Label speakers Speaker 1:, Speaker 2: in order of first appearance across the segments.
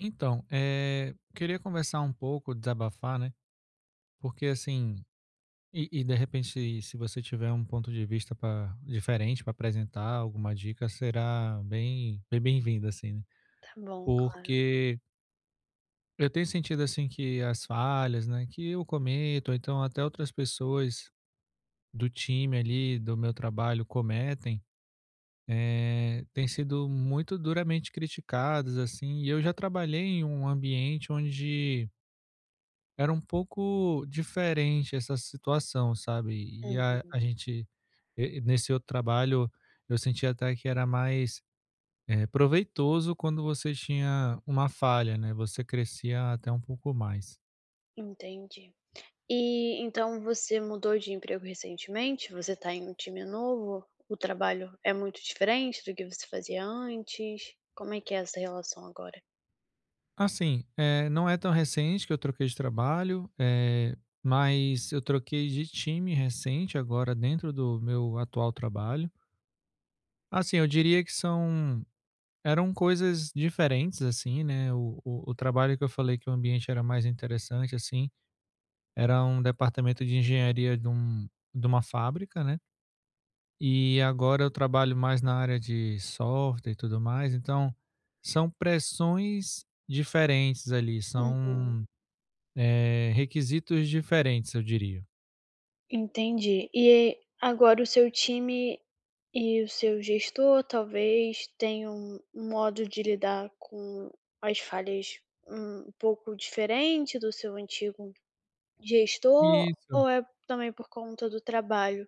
Speaker 1: Então, queria conversar um pouco, desabafar, né? Porque assim, e de repente, se você tiver um ponto de vista pra, diferente para apresentar, alguma dica, será bem, bem-vinda, assim, né?
Speaker 2: Tá bom, claro.
Speaker 1: Porque eu tenho sentido assim que as falhas, né, que eu cometo, ou então até outras pessoas do time ali, do meu trabalho, cometem, têm sido muito duramente criticadas, assim, e eu já trabalhei em um ambiente onde era um pouco diferente essa situação, sabe. E
Speaker 2: Uhum.
Speaker 1: a gente e nesse outro trabalho, eu senti até que era mais, proveitoso quando você tinha uma falha, né, você crescia até um pouco mais.
Speaker 2: Entendi. E então você mudou de emprego recentemente? Você tá em um time novo? O trabalho é muito diferente do que você fazia antes? Como é que é essa relação agora?
Speaker 1: Assim, não é tão recente que eu troquei de trabalho, mas eu troquei de time recente agora dentro do meu atual trabalho. Assim, eu diria que são eram coisas diferentes, assim, né, o trabalho que eu falei que o ambiente era mais interessante, assim, era um departamento de engenharia de um de uma fábrica, né, e agora eu trabalho mais na área de software e tudo mais, então são pressões diferentes ali,
Speaker 2: Uhum.
Speaker 1: são, requisitos diferentes, eu diria.
Speaker 2: Entendi. E agora o seu time e o seu gestor talvez tenham um modo de lidar com as falhas um pouco diferente do seu antigo gestor,
Speaker 1: Isso.
Speaker 2: ou é também por conta do trabalho?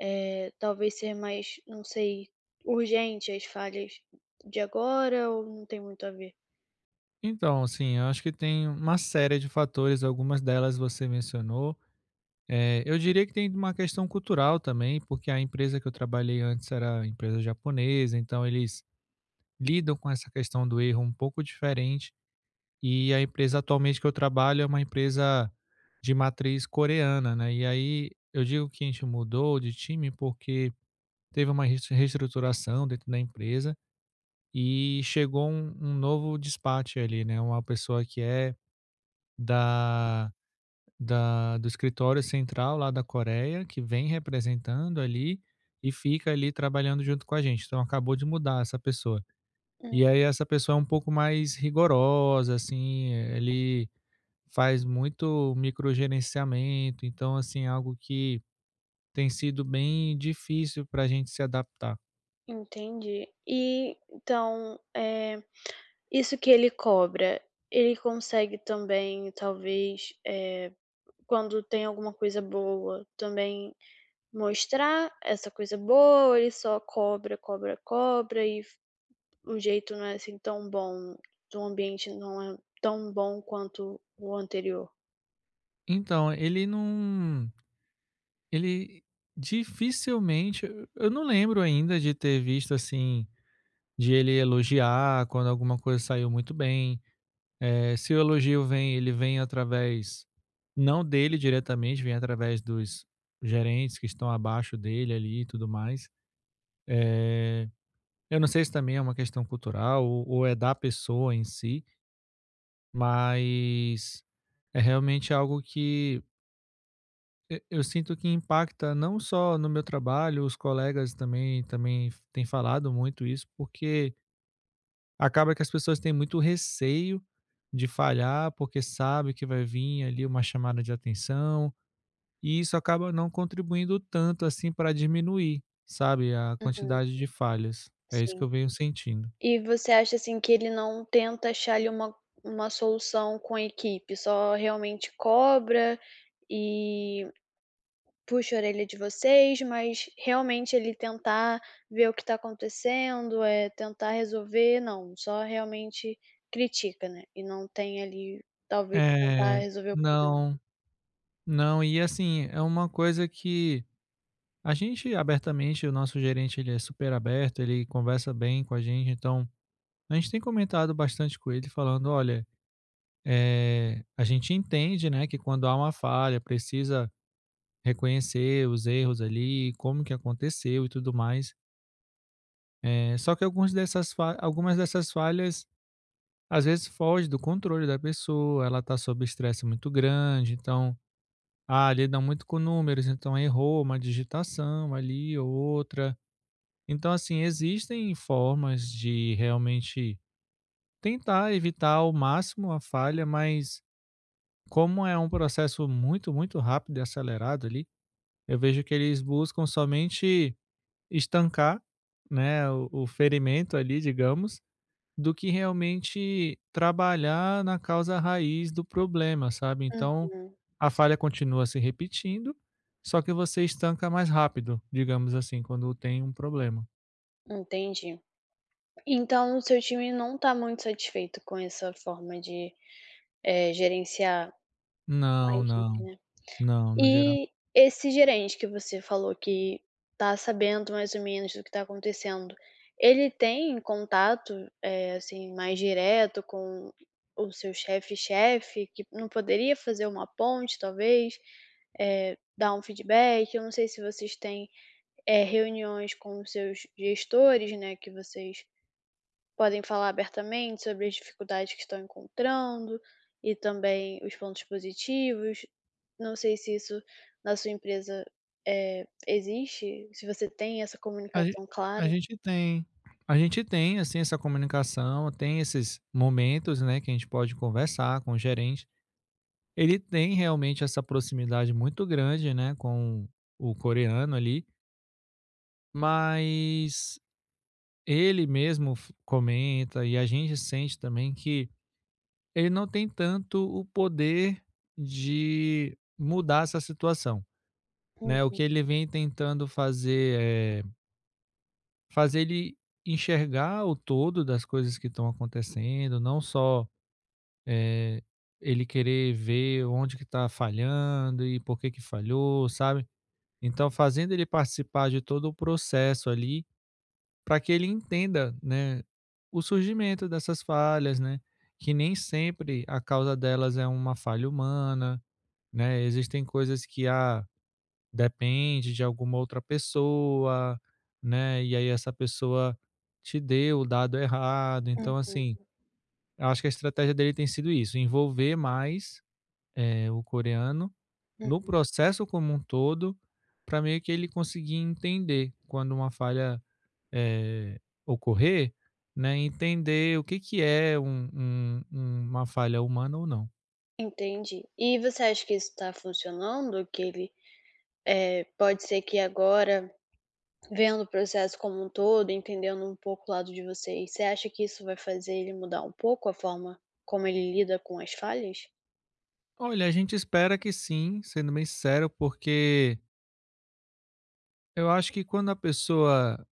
Speaker 2: Talvez ser mais, não sei, urgente as falhas de agora ou não tem muito a ver?
Speaker 1: Então, assim, eu acho que tem uma série de fatores, algumas delas você mencionou. É, eu diria que tem uma questão cultural também, porque a empresa que eu trabalhei antes era empresa japonesa, então eles lidam com essa questão do erro um pouco diferente. E a empresa atualmente que eu trabalho é uma empresa de matriz coreana, né? E aí eu digo que a gente mudou de time porque teve uma reestruturação dentro da empresa e chegou um novo despacho ali, né? Uma pessoa que é da da do escritório central lá da Coreia, que vem representando ali, e fica ali trabalhando junto com a gente. Então acabou de mudar essa pessoa.
Speaker 2: Hum,
Speaker 1: E aí essa pessoa é um pouco mais rigorosa, assim, ele faz muito microgerenciamento, então assim, algo que tem sido bem difícil para a gente se adaptar.
Speaker 2: entendi. E então, isso que ele cobra, ele consegue também talvez, quando tem alguma coisa boa, também mostrar essa coisa boa, ou ele só cobra, cobra, cobra e f o jeito não é assim tão bom, o ambiente não é tão bom quanto o anterior?
Speaker 1: Então, ele dificilmente, eu não lembro ainda de ter visto assim, de ele elogiar quando alguma coisa saiu muito bem. Se o elogio vem, ele vem através não dele diretamente, vem através dos gerentes que estão abaixo dele ali e tudo mais. Eh, eu não sei se também é uma questão cultural ou é da pessoa em si, mas é realmente algo que eu sinto que impacta não só no meu trabalho, os colegas também têm falado muito isso, porque acaba que as pessoas têm muito receio de falhar, porque sabe que vai vir ali uma chamada de atenção, e isso acaba não contribuindo tanto assim para diminuir, sabe, a
Speaker 2: Uhum,
Speaker 1: quantidade de falhas. É isso que
Speaker 2: sim.
Speaker 1: eu venho sentindo.
Speaker 2: E você acha, assim, que ele não tenta achar ali uma solução com a equipe, só realmente cobra e puxa a orelha de vocês, mas realmente ele tentar ver o que está acontecendo, é tentar resolver, não, só realmente critica, né, e não tem ali, talvez tentar
Speaker 1: É,
Speaker 2: resolver o problema.
Speaker 1: não, não, e assim, é uma coisa que a gente abertamente, o nosso gerente ele é super aberto, ele conversa bem com a gente, então a gente tem comentado bastante com ele falando, olha, a gente entende, né, que quando há uma falha, precisa reconhecer os erros ali, como que aconteceu e tudo mais. Só que algumas dessas falhas, às vezes, foge do controle da pessoa, ela está sob estresse muito grande, então, ah, lidam muito com números, então errou uma digitação ali ou outra. Então, assim, existem formas de realmente tentar evitar ao máximo a falha, mas como é um processo muito, muito rápido e acelerado ali, eu vejo que eles buscam somente estancar, né, o ferimento ali, digamos, do que realmente trabalhar na causa raiz do problema, sabe? Então,
Speaker 2: Uhum,
Speaker 1: a falha continua se repetindo, só que você estanca mais rápido, digamos assim, quando tem um problema.
Speaker 2: entendi. Então o seu time não está muito satisfeito com essa forma de, gerenciar a
Speaker 1: Não,
Speaker 2: equipe,
Speaker 1: não,
Speaker 2: né?
Speaker 1: não, no geral.
Speaker 2: E esse gerente que você falou que tá sabendo mais ou menos do que tá acontecendo, ele tem contato, eh, assim, mais direto com o seu chefe-chefe, que não poderia fazer uma ponte talvez? Dar um feedback? Eu não sei se vocês têm, reuniões com os seus gestores, né, que vocês podem falar abertamente sobre as dificuldades que estão encontrando e também os pontos positivos. Não sei se isso na sua empresa, existe, se você tem essa
Speaker 1: A gen
Speaker 2: comunicação clara.
Speaker 1: a gente tem, assim, essa comunicação, tem esses momentos, né, que a gente pode conversar com o gerente. Ele tem realmente essa proximidade muito grande, né, com o coreano ali, mas ele mesmo f comenta e a gente sente também que ele não tem tanto o poder de mudar essa situação,
Speaker 2: Hum,
Speaker 1: né. O que ele vem tentando fazer, fazer ele enxergar o todo das coisas que estão acontecendo, não só, eh, ele querer ver onde que está falhando e por que que falhou, sabe. Então fazendo ele participar de todo o processo ali, para que ele entenda, né, o surgimento dessas falhas, né, que nem sempre a causa delas é uma falha humana, né, existem coisas que, a depende de alguma outra pessoa, né, e aí essa pessoa te deu o dado errado.
Speaker 2: uhum,
Speaker 1: Então, assim,
Speaker 2: hum.
Speaker 1: eu acho que a estratégia dele tem sido isso, envolver mais, o coreano no
Speaker 2: Hum.
Speaker 1: processo como um todo, para meio que ele conseguir entender quando uma falha, eh, ocorrer, né, entender o que que é um uma falha humana ou não.
Speaker 2: Entendi. E você acha que isso está funcionando? Que ele, pode ser que agora, vendo o processo como um todo, entendendo um pouco o lado de vocês, você acha que isso vai fazer ele mudar um pouco a forma como ele lida com as falhas?
Speaker 1: Olha, a gente espera que sim, sendo bem sincero, porque eu acho que quando a pessoa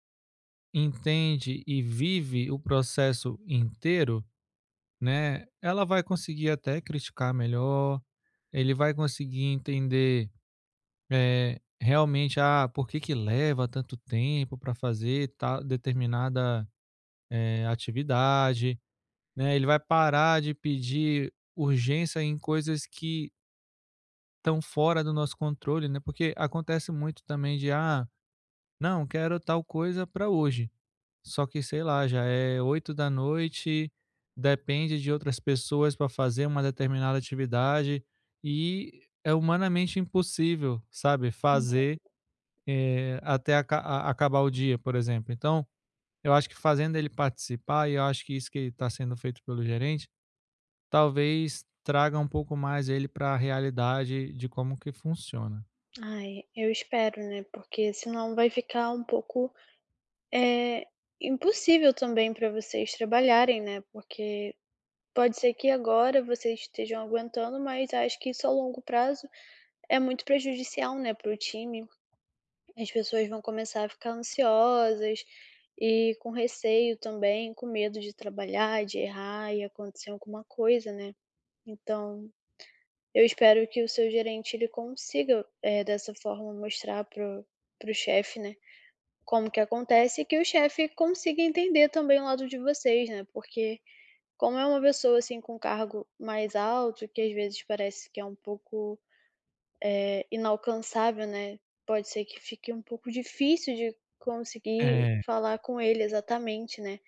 Speaker 1: entende e vive o processo inteiro, né, ela vai conseguir até criticar melhor, ele vai conseguir entender, realmente, ah, por que que leva tanto tempo para fazer ta determinada, atividade, né, ele vai parar de pedir urgência em coisas que estão fora do nosso controle, né, porque acontece muito também de: "Ah, não, quero tal coisa para hoje". Só que, sei lá, já é 8 da noite. Depende de outras pessoas para fazer uma determinada atividade e é humanamente impossível, sabe, fazer, até acabar o dia, por exemplo. Então, eu acho que fazendo ele participar, e eu acho que isso que está sendo feito pelo gerente, talvez traga um pouco mais ele para a realidade de como que funciona.
Speaker 2: Ai, eu espero, né, porque senão vai ficar um pouco, é impossível também para vocês trabalharem, né, porque pode ser que agora vocês estejam aguentando, mas acho que isso a longo prazo é muito prejudicial, né, para o time. As pessoas vão começar a ficar ansiosas e com receio também, com medo de trabalhar, de errar e acontecer alguma coisa, né. Então, eu espero que o seu gerente ele consiga, dessa forma mostrar para o para o chefe, né, como que acontece, que o chefe consiga entender também o lado de vocês, né, porque como é uma pessoa, assim, com cargo mais alto, que às vezes parece que é um pouco, inalcançável, né, pode ser que fique um pouco difícil de conseguir
Speaker 1: É,
Speaker 2: falar com ele exatamente, né,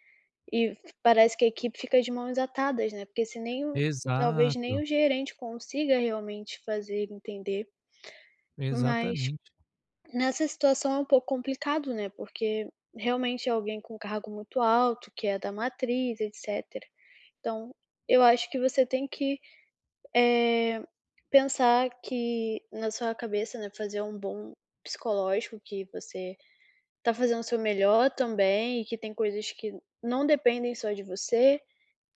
Speaker 2: e parece que a equipe fica de mãos atadas, né, porque se nem o talvez nem
Speaker 1: exato,
Speaker 2: o gerente consiga realmente fazer ele entender, mas
Speaker 1: exatamente.
Speaker 2: nessa situação é um pouco complicado, né, porque realmente é alguém com um cargo muito alto, que é da matriz, etcétera. Então, eu acho que você tem que, eh, pensar que na sua cabeça, né, fazer um bom psicológico, que você tá fazendo o seu melhor também e que tem coisas que não dependem só de você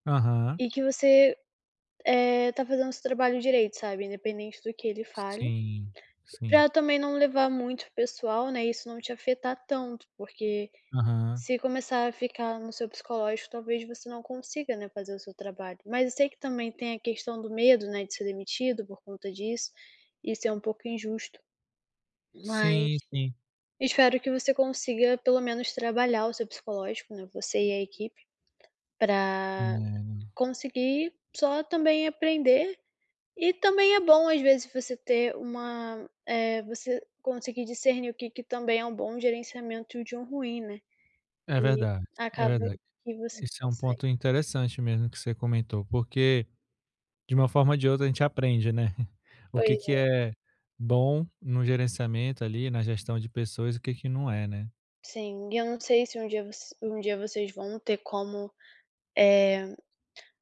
Speaker 1: Aham.
Speaker 2: e que você, tá fazendo o seu trabalho direito, sabe, independente do que ele fale,
Speaker 1: Sim, sim.
Speaker 2: pra também não levar muito pro pessoal, né, isso não te afetar tanto, porque
Speaker 1: Aham.
Speaker 2: se começar a ficar no seu psicológico, talvez você não consiga, né, fazer o seu trabalho. Mas eu sei que também tem a questão do medo, né, de ser demitido por conta disso. Isso é um pouco injusto, mas
Speaker 1: Sim, sim.
Speaker 2: espero que você consiga pelo menos trabalhar o seu psicológico, né, você e a equipe, para conseguir só também aprender. E também é bom, às vezes, você ter uma, você conseguir discernir o que que também é um bom gerenciamento e o de um ruim, né,
Speaker 1: É, é
Speaker 2: e
Speaker 1: verdade, é
Speaker 2: acaba
Speaker 1: verdade.
Speaker 2: que você
Speaker 1: Esse é um
Speaker 2: consegue.
Speaker 1: ponto interessante mesmo que você comentou, porque de uma forma ou de outra a gente aprende, né, o que
Speaker 2: Pois
Speaker 1: que
Speaker 2: é,
Speaker 1: é bom no gerenciamento ali, na gestão de pessoas, e o que que não é, né.
Speaker 2: sim. E eu não sei se um dia voc um dia vocês vão ter como, eh,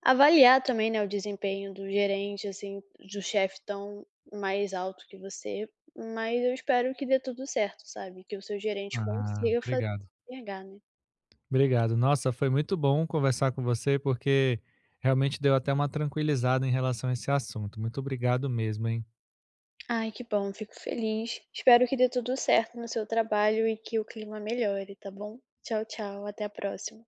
Speaker 2: avaliar também, né, o desempenho do gerente, assim, do chefe tão mais alto que você, mas eu espero que dê tudo certo, sabe, que o seu gerente
Speaker 1: Ah,
Speaker 2: consiga fazer
Speaker 1: obrigado.
Speaker 2: enxergar, né.
Speaker 1: Obrigado. Nossa, foi muito bom conversar com você, porque realmente deu até uma tranquilizada em relação a esse assunto. Muito obrigado mesmo, hein.
Speaker 2: Ai, que bom, fico feliz. Espero que dê tudo certo no seu trabalho e que o clima melhore, tá bom? Tchau, tchau, até a próxima.